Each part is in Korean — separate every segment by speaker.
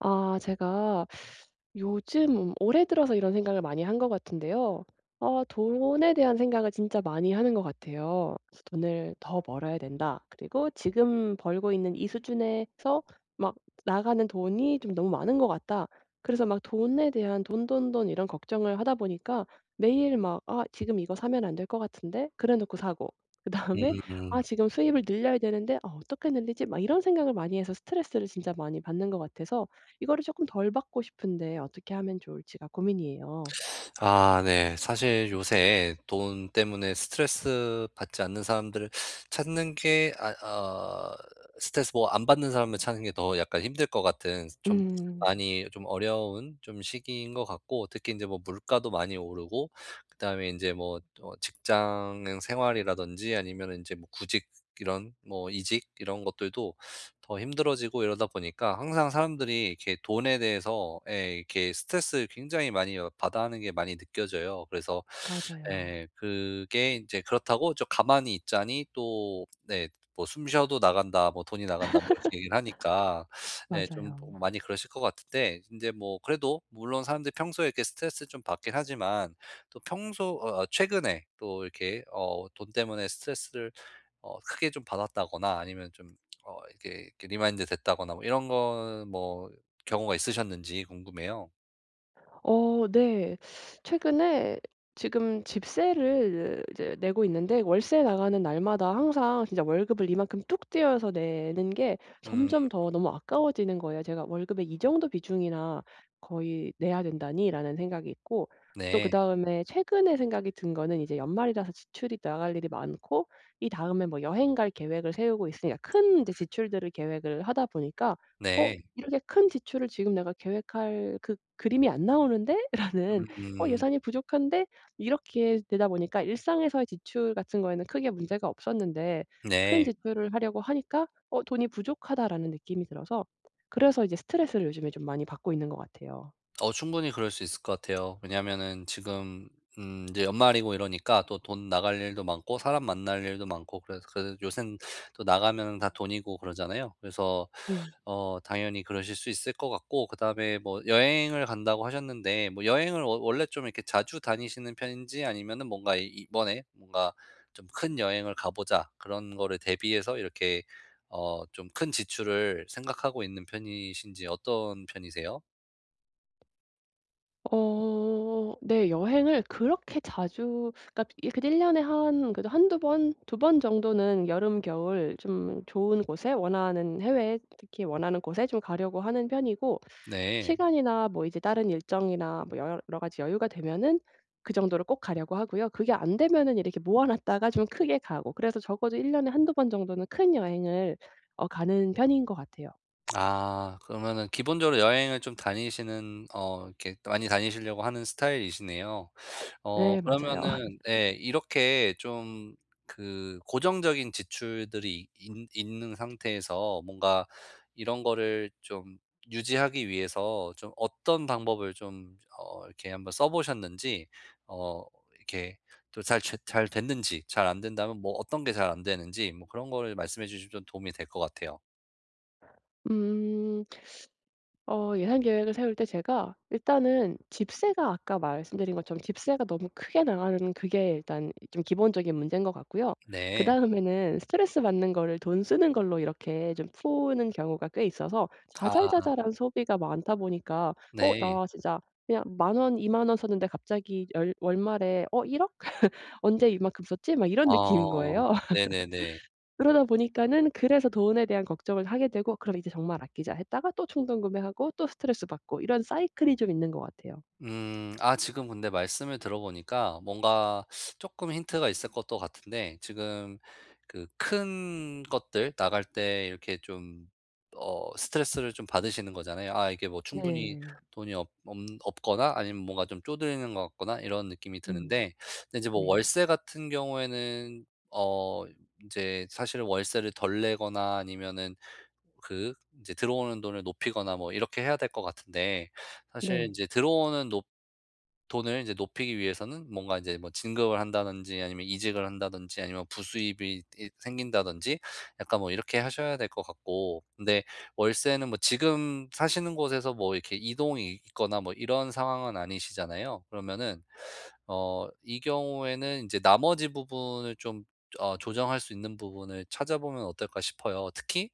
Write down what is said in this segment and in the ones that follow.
Speaker 1: 제가 요즘 올해 들어서 이런 생각을 많이 한 것 같은데요. 돈에 대한 생각을 진짜 많이 하는 것 같아요. 그래서 '돈을 더 벌어야 된다.' 그리고 '지금 벌고 있는 이 수준에서 막 나가는 돈이 좀 너무 많은 것 같다.' 그래서 막 돈에 대한 '돈, 돈, 돈.' 이런 걱정을 하다 보니까 매일 막 '아 지금 이거 사면 안 될 것 같은데.' 그래 놓고 사고, 그다음에
Speaker 2: 음.
Speaker 1: '아 지금 수입을 늘려야 되는데 아 어떻게 늘리지?' 막 이런 생각을 많이 해서 스트레스를 진짜 많이 받는 것 같아서, 이거를 조금 덜 받고 싶은데 어떻게 하면 좋을지가 고민이에요.
Speaker 2: 아 네. 사실 요새 돈 때문에 스트레스 받지 않는 사람들을 찾는 게 스트레스 뭐 안 받는 사람을 찾는 게 더 약간 힘들 것 같은 좀
Speaker 1: 음.
Speaker 2: 많이 좀 어려운 좀 시기인 것 같고, 특히 이제 뭐 물가도 많이 오르고 그다음에 이제 뭐 어 직장 생활이라든지 아니면 이제 뭐 구직 이런 뭐 이직 이런 것들도 더 힘들어지고 이러다 보니까 항상 사람들이 이렇게 돈에 대해서 예 이렇게 스트레스를 굉장히 많이 어 받아 하는 게 많이 느껴져요. 그래서
Speaker 1: 맞아요.
Speaker 2: 예 그게 인제 그렇다고 저 가만히 있자니 또 네 뭐 "숨 쉬어도 나간다." 뭐 "돈이 나간다." 뭐 이렇게 얘기를 하니까 예 좀
Speaker 1: 맞아요.
Speaker 2: 뭐 많이 그러실 것 같은데, 인제 뭐 그래도 물론 사람들이 평소에 이렇게 스트레스를 좀 받긴 하지만 또 평소 어 아 최근에 또 이렇게 어 돈 때문에 스트레스를 어 크게 좀 받았다거나 아니면 좀 어 이렇게 이렇게 리마인드 됐다거나 뭐 이런 거 뭐 경우가 있으셨는지 궁금해요.
Speaker 1: 네. 최근에 지금 집세를 이제 내고 있는데, 월세 나가는 날마다 항상 진짜 월급을 이만큼 뚝 떼어서 내는 게
Speaker 2: 음
Speaker 1: 점점 더 너무 아까워지는 거예요. 제가 '월급의 이 정도 비중이나 거의 내야 된다니.'라는 생각이 있고, 또
Speaker 2: 네.
Speaker 1: 그다음에 최근에 생각이 든 거는, 이제 연말이라서 지출이 나갈 일이 많고, 이다음에 뭐 여행 갈 계획을 세우고 있으니까 큰 이제 지출들을 계획을 하다 보니까 '어
Speaker 2: 네.
Speaker 1: '이렇게 큰 지출을 지금 내가 계획할 그 그림이 안 나오는데?'라는
Speaker 2: 음
Speaker 1: 예산이 부족한데 이렇게 되다 보니까, 일상에서의 지출 같은 거에는 크게 문제가 없었는데 큰
Speaker 2: 네.
Speaker 1: 지출을 하려고 하니까 '어 돈이 부족하다.'라는 느낌이 들어서, 그래서 이제 스트레스를 요즘에 좀 많이 받고 있는 것 같아요.
Speaker 2: 어 충분히 그럴 수 있을 것 같아요. 왜냐면은 지금 이제 연말이고 이러니까 또 돈 나갈 일도 많고 사람 만날 일도 많고 그래서 그래서 요샌 또 나가면 다 돈이고 그러잖아요. 그래서
Speaker 1: 음.
Speaker 2: 어 당연히 그러실 수 있을 것 같고, 그다음에 뭐 여행을 간다고 하셨는데 뭐 여행을 워 원래 좀 이렇게 자주 다니시는 편인지 아니면은 뭔가 이 이번에 뭔가 좀 '큰 여행을 가 보자.' 그런 거를 대비해서 이렇게 어 좀 큰 지출을 생각하고 있는 편이신지 어떤 편이세요?
Speaker 1: 네. 여행을 그렇게 자주, 그러니까 이 그래도 1 년에 한 그래도 2번두 번 정도는 여름, 겨울 좀 좋은 곳에, 원하는 해외 특히 원하는 곳에 좀 가려고 하는 편이고,
Speaker 2: 네.
Speaker 1: 시간이나 뭐 이제 다른 일정이나 뭐 여러 가지 여유가 되면은 그 정도로 꼭 가려고 하고요. 그게 안 되면은 이렇게 모아 놨다가 좀 크게 가고, 그래서 적어도 1 년에 한두 번 정도는 큰 여행을 가는 편인 것 같아요.
Speaker 2: 아 그러면은 기본적으로 여행을 좀 다니시는 어 이렇게 많이 다니시려고 하는 스타일이시네요. 어
Speaker 1: 네, 맞아요.
Speaker 2: 그러면은 네 이렇게 좀 그 고정적인 지출들이 있 있는 상태에서 뭔가 이런 거를 좀 유지하기 위해서 좀 어떤 방법을 좀 어 이렇게 한번 써 보셨는지, 어 이렇게 또 잘 제 잘 됐는지 잘 안 된다면 뭐 어떤 게 잘 안 되는지 뭐 그런 거를 말씀해 주시면 좀 도움이 될 것 같아요.
Speaker 1: 음. 예산 계획을 세울 때 제가, 일단은 집세가 아까 말씀드린 것처럼 집세가 너무 크게 나가는, 그게 일단 좀 기본적인 문제인 것 같고요.
Speaker 2: 네.
Speaker 1: 그다음에는 스트레스 받는 거를 돈 쓰는 걸로 이렇게 좀 푸는 경우가 꽤 있어서,
Speaker 2: 아
Speaker 1: 자잘자잘한 소비가 많다 보니까 '어
Speaker 2: 네.
Speaker 1: 나 진짜 그냥 만 원, 이만 원 썼는데 갑자기 열 월말에 '어 1억 언제 이만큼 썼지?' 막 이런 느낌인
Speaker 2: 어
Speaker 1: 거예요.
Speaker 2: 네네네.
Speaker 1: 그러다 보니까는, 그래서 돈에 대한 걱정을 하게 되고 '그럼 이제 정말 아끼자.' 했다가 또 충동 구매하고 또 스트레스 받고, 이런 사이클이 좀 있는 것 같아요.
Speaker 2: 음. 아 지금 근데 말씀을 들어보니까 뭔가 조금 힌트가 있을 것도 같은데, 지금 그 큰 것들 나갈 때 이렇게 좀 어 스트레스를 좀 받으시는 거잖아요. 아 이게 뭐 충분히
Speaker 1: 네.
Speaker 2: 돈이 없 없 없거나 아니면 뭔가 좀 쪼들리는 것 같거나 이런 느낌이
Speaker 1: 음.
Speaker 2: 드는데, 근데 이제 뭐
Speaker 1: 네.
Speaker 2: 월세 같은 경우에는 어 이제 사실 월세를 덜 내거나 아니면은 그 이제 들어오는 돈을 높이거나 뭐 이렇게 해야 될 것 같은데, 사실 이
Speaker 1: 네.
Speaker 2: 제 들어오는 높 돈을 이제 높이기 위해서는 뭔가 이제 뭐 진급을 한다든지 아니면 이직을 한다든지 아니면 부수입이 이 생긴다든지 약간 뭐 이렇게 하셔야 될 것 같고, 근데 월세는 뭐 지금 사시는 곳에서 뭐 이렇게 이동이 있거나 뭐 이런 상황은 아니시잖아요. 그러면은 어 이 경우에는 이제 나머지 부분을 좀 어 조정할 수 있는 부분을 찾아보면 어떨까 싶어요. 특히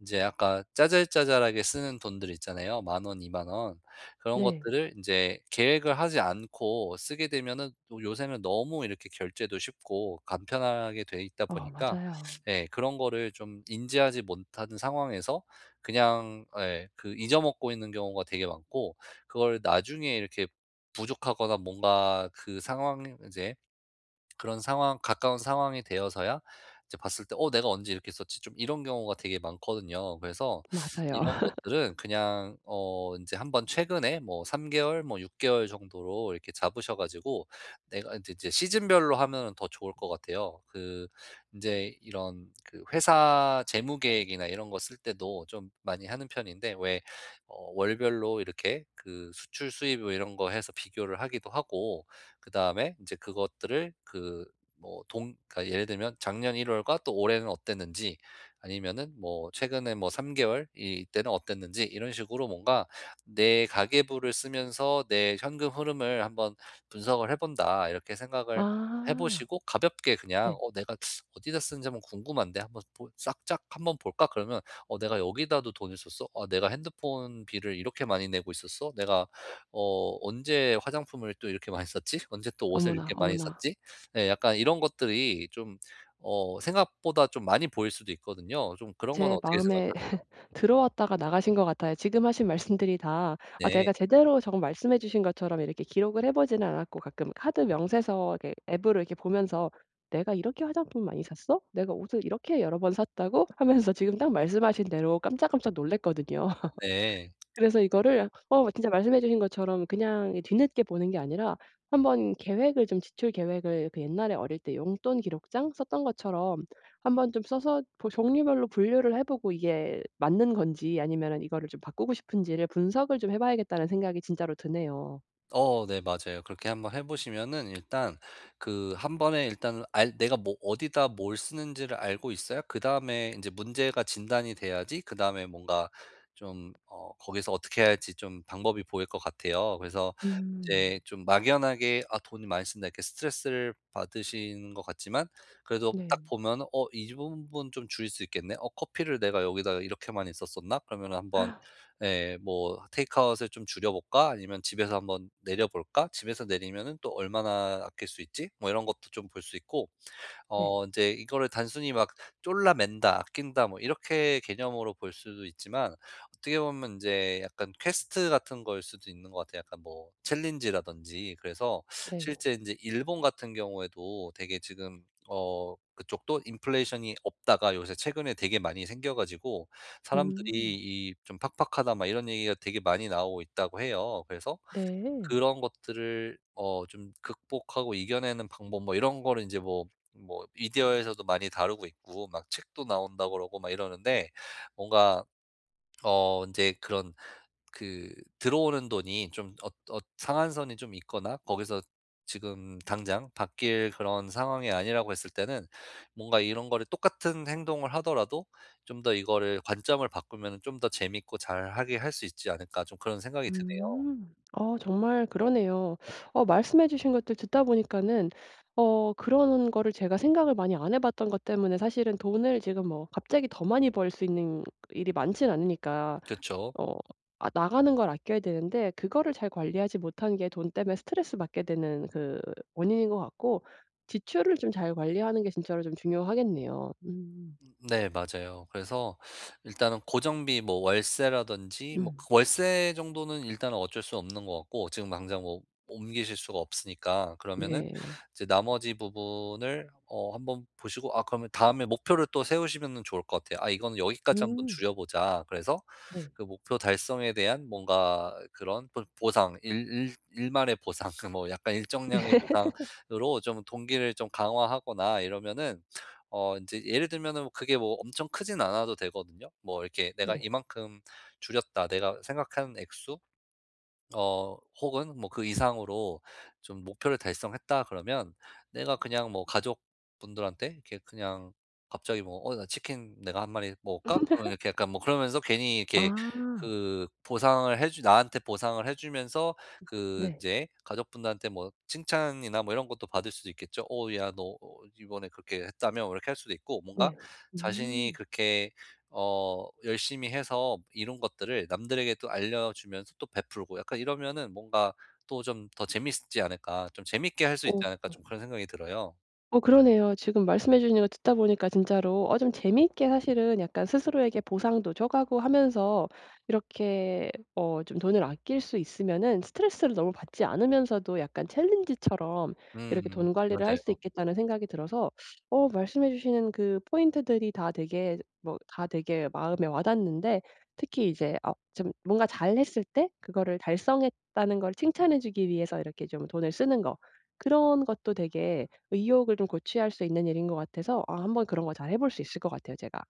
Speaker 2: 이제 아까 짜잘짜잘하게 쓰는 돈들 있잖아요. 만 원, 이만 원. 그런
Speaker 1: 네.
Speaker 2: 것들을 인제 계획을 하지 않고 쓰게 되면은 또 요새는 너무 이렇게 결제도 쉽고 간편하게 돼 있다 보니까
Speaker 1: 맞아요.
Speaker 2: 예 그런 거를 좀 인지하지 못하는 상황에서 그냥 예 그 잊어먹고 있는 경우가 되게 많고, 그걸 나중에 이렇게 부족하거나 뭔가 그 상황 이제 그런 상황 가까운 상황이 되어서야 이제 봤을 때 '어 내가 언제 이렇게 썼지?' 좀 이런 경우가 되게 많거든요. 그래서
Speaker 1: 맞아요.
Speaker 2: 이런 것들은 그냥 어 이제 한번 최근에 뭐 3개월 개월 뭐 6개월 개월 정도로 이렇게 잡으셔 가지고 내가 제 이제 시즌별로 하면 더 좋을 것 같아요. 그 이제 이런 그 회사 재무 계획이나 이런 거 쓸 때도 좀 많이 하는 편인데 왜 어 월별로 이렇게 그 수출 수입 뭐 이런 거 해서 비교를 하기도 하고, 그다음에 이제 그것들을 그 뭐 동 그러니까 예를 들면 작년 1월 월과 또 올해는 어땠는지 아니면은 뭐 최근에 뭐 3개월 개월 이때는 어땠는지 이런 식으로 뭔가 '내 가계부를 쓰면서 내 현금 흐름을 한번 분석을 해 본다.' 이렇게 생각을 해
Speaker 1: 아.
Speaker 2: 보시고 가볍게 그냥
Speaker 1: 네.
Speaker 2: '어 내가 어디다 쓰는지 한번 궁금한데 한번 보 싹짝 한번 볼까?' 그러면 '어 내가 여기다도 돈을 썼어? 어 내가 핸드폰 비를 이렇게 많이 내고 있었어? 내가 어 '언제 화장품을 또 이렇게 많이 썼지? 언제 또 옷을
Speaker 1: 어머나,
Speaker 2: 이렇게 많이
Speaker 1: 어머나.
Speaker 2: 샀지?' 예 약간 이런 것들이 좀 어 생각보다 좀 많이 보일 수도 있거든요. 좀 그런 건
Speaker 1: 제
Speaker 2: 어떻게
Speaker 1: 마음에
Speaker 2: 생각하세요?
Speaker 1: 들어왔다가 나가신 것 같아요. 지금 하신 말씀들이 다. 제가
Speaker 2: 네.
Speaker 1: 제대로, 정 말 씀해 주신 것처럼 이렇게 기록을 해 보지는 않았고, 가끔 카드 명세서 이렇게 앱으로 이렇게 보면서 '내가 이렇게 화장품을 많이 샀어? 내가 옷을 이렇게 여러 번 샀다고?' 하면서 지금 딱 말씀하신 대로 깜짝깜짝 놀랐거든요.
Speaker 2: 네.
Speaker 1: 그래서 이거를 진짜 말씀해 주신 것처럼 그냥 이 뒤늦게 보는 게 아니라, 한번 계획을 좀, 지출 계획을 그 옛날에 어릴 때 용돈 기록장 썼던 것처럼 한번 좀 써서 보 종류별로 분류를 해 보고, 이게 맞는 건지 아니면은 이거를 좀 바꾸고 싶은지를 분석을 좀 해 봐야겠다는 생각이 진짜로 드네요.
Speaker 2: 어 네 맞아요. 그렇게 한번 해 보시면은 일단 그 한 번에 일단 알 내가 뭐 어디다 뭘 쓰는지를 알고 있어야 그다음에 이제 문제가 진단이 돼야지, 그다음에 뭔가 좀 어 거기서 어떻게 해야 할지 좀 방법이 보일 것 같아요. 그래서
Speaker 1: 음.
Speaker 2: 이제 좀 막연하게 '아 돈이 많이 쓴다.' 이렇게 스트레스를 받으시는 것 같지만, 그래도 딱
Speaker 1: 네.
Speaker 2: 보면은 '어 이 부분 좀 줄일 수 있겠네. 어 커피를 내가 여기다가 이렇게 많이 썼었나?' 그러면 한번 예 뭐 '테이크아웃을 좀 줄여 볼까? 아니면 집에서 한번 내려 볼까? 집에서 내리면은 또 얼마나 아낄 수 있지?' 뭐 이런 것도 좀 볼 수 있고,
Speaker 1: 네.
Speaker 2: 어 이제 이거를 단순히 막 졸라맨다, 아낀다 뭐 이렇게 개념으로 볼 수도 있지만, 어떻게 보면 이제 약간 퀘스트 같은 거일 수도 있는 것 같아요. 약간 뭐 챌린지라든지. 그래서
Speaker 1: 네.
Speaker 2: 실제 이제 일본 같은 경우에도 되게 지금 어 그쪽도 인플레이션이 없다가 요새 최근에 되게 많이 생겨 가지고 사람들이
Speaker 1: 음.
Speaker 2: 이 좀 팍팍하다 막 이런 얘기가 되게 많이 나오고 있다고 해요. 그래서
Speaker 1: 네.
Speaker 2: 그런 것들을 어 좀 극복하고 이겨내는 방법 뭐 이런 거를 인제 뭐 뭐 미디어에서도 많이 다루고 있고 막 책도 나온다고 그러고 막 이러는데, 뭔가 어 인제 그런 그 들어오는 돈이 좀 엇 엇 상한선이 좀 있거나 거기서 지금 당장 바뀔 그런 상황이 아니라고 했을 때는 뭔가 이런 거를 똑같은 행동을 하더라도 좀 더 이거를 관점을 바꾸면은 좀 더 재밌고 잘하게 할 수 있지 않을까 좀 그런 생각이 드네요.
Speaker 1: 음. 정말 그러네요. 말씀해 주신 것들 듣다 보니까는 그런 거를 제가 생각을 많이 안 해 봤던 것 때문에 사실은, 돈을 지금 뭐 갑자기 더 많이 벌 수 있는 일이 많진 않으니까
Speaker 2: 그쵸.
Speaker 1: 어 나가는 걸 아껴야 되는데 그거를 잘 관리하지 못한 게 돈 때문에 스트레스 받게 되는 그 원인인 것 같고, 지출을 좀 잘 관리하는 게 진짜로 좀 중요하겠네요. 음.
Speaker 2: 네 맞아요. 그래서 일단은 고정비 뭐 월세라든지 뭐
Speaker 1: 음.
Speaker 2: 그 월세 정도는 일단은 어쩔 수 없는 것 같고, 지금 당장 뭐 옮기실 수가 없으니까 그러면은
Speaker 1: 네.
Speaker 2: 이제 나머지 부분을 어 한번 보시고 아 그러면 다음에 목표를 또 세우시면은 좋을 것 같아요. '아 이거는 여기까지 한번
Speaker 1: 음.
Speaker 2: 줄여 보자.' 그래서
Speaker 1: 네.
Speaker 2: 그 목표 달성에 대한 뭔가 그런 보 보상 일일 일만의 보상 뭐 약간 일정량의 보상으로 좀 동기를 좀 강화하거나 이러면은 어 이제 예를 들면은 뭐 그게 뭐 엄청 크진 않아도 되거든요. 뭐 이렇게 '내가
Speaker 1: 네.
Speaker 2: 이만큼 줄였다. 내가 생각하는 액수 어 혹은 뭐 그 이상으로 좀 목표를 달성했다 그러면 내가 그냥 뭐 가족분들한테 이렇게 그냥 갑자기 뭐 "어 나 치킨 내가 한 마리 먹을까?" 그러면 이렇게 약간 뭐 그러면서 괜히 이렇게
Speaker 1: 아.
Speaker 2: 그 보상을 해주 나한테 보상을 해 주면서 그
Speaker 1: 네.
Speaker 2: 이제 가족분들한테 뭐 칭찬이나 뭐 이런 것도 받을 수도 있겠죠. "어 야 너 어 이번에 그렇게 했다며?" 뭐 이렇게 할 수도 있고, 뭔가
Speaker 1: 네.
Speaker 2: 자신이
Speaker 1: 음.
Speaker 2: 그렇게 어 열심히 해서 이런 것들을 남들에게 또 알려주면서 또 베풀고 약간 이러면은 뭔가 또 좀 더 재밌지 않을까? 좀 재밌게 할 수 있지
Speaker 1: 어.
Speaker 2: 않을까? 좀 그런 생각이 들어요.
Speaker 1: 그러네요. 지금 말씀해 주시는 거 듣다 보니까 진짜로 좀 재미있게, 사실은 약간 스스로에게 보상도 줘 가고 하면서 이렇게 좀 돈을 아낄 수 있으면은 스트레스를 너무 받지 않으면서도 약간 챌린지처럼 이렇게 돈 관리를 할
Speaker 2: 맞아요.
Speaker 1: 수 있겠다는 생각이 들어서, 말씀해 주시는 그 포인트들이 다 되게, 뭐 다 되게 마음에 와 닿는데, 특히 이제 좀 뭔가 잘했을 때 그거를 달성했다는 걸 칭찬해 주기 위해서 이렇게 좀 돈을 쓰는 거, 그런 것도 되게 의욕을 좀 고취할 수 있는 일인 것 같아서 한번 그런 거 잘 해볼 수 있을 것 같아요 제가.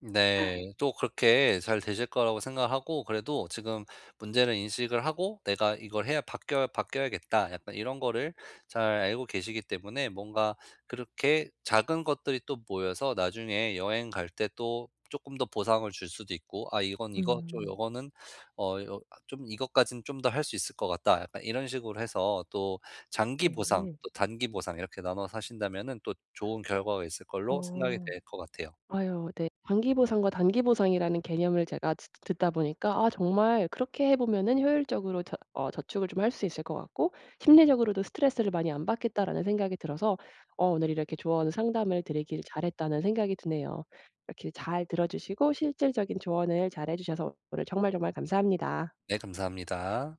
Speaker 2: 네. 또 그렇게 잘 되실 거라고 생각하고, 그래도 지금 문제를 인식을 하고 '내가 이걸 해야 바뀌어야겠다.' 약간 이런 거를 잘 알고 계시기 때문에 뭔가 그렇게 작은 것들이 또 모여서 나중에 여행 갈 때 또 조금 더 보상을 줄 수도 있고 '아 이건 이거 좀
Speaker 1: 음.
Speaker 2: 요거는 어 요 좀 이것까진 좀 더 할 수 있을 것 같다.' 약간 이런 식으로 해서 또 장기 보상
Speaker 1: 네.
Speaker 2: 또 단기 보상 이렇게 나눠서 하신다면은 또 좋은 결과가 있을 걸로 생각이
Speaker 1: 어.
Speaker 2: 될 것 같아요.
Speaker 1: 아유, 네. 장기 보상과 단기 보상이라는 개념을 제가 듣 듣다 보니까 정말 그렇게 해 보면은 효율적으로 저축을 좀 할 수 있을 것 같고, 심리적으로도 '스트레스를 많이 안 받겠다.'라는 생각이 들어서 오늘 이렇게 조언 상담을 드리길 잘했다는 생각이 드네요. 이렇게 잘 들어 주시고 실질적인 조언을 잘해 주셔서 오늘 정말 정말 감사합니다.
Speaker 2: 네, 감사합니다.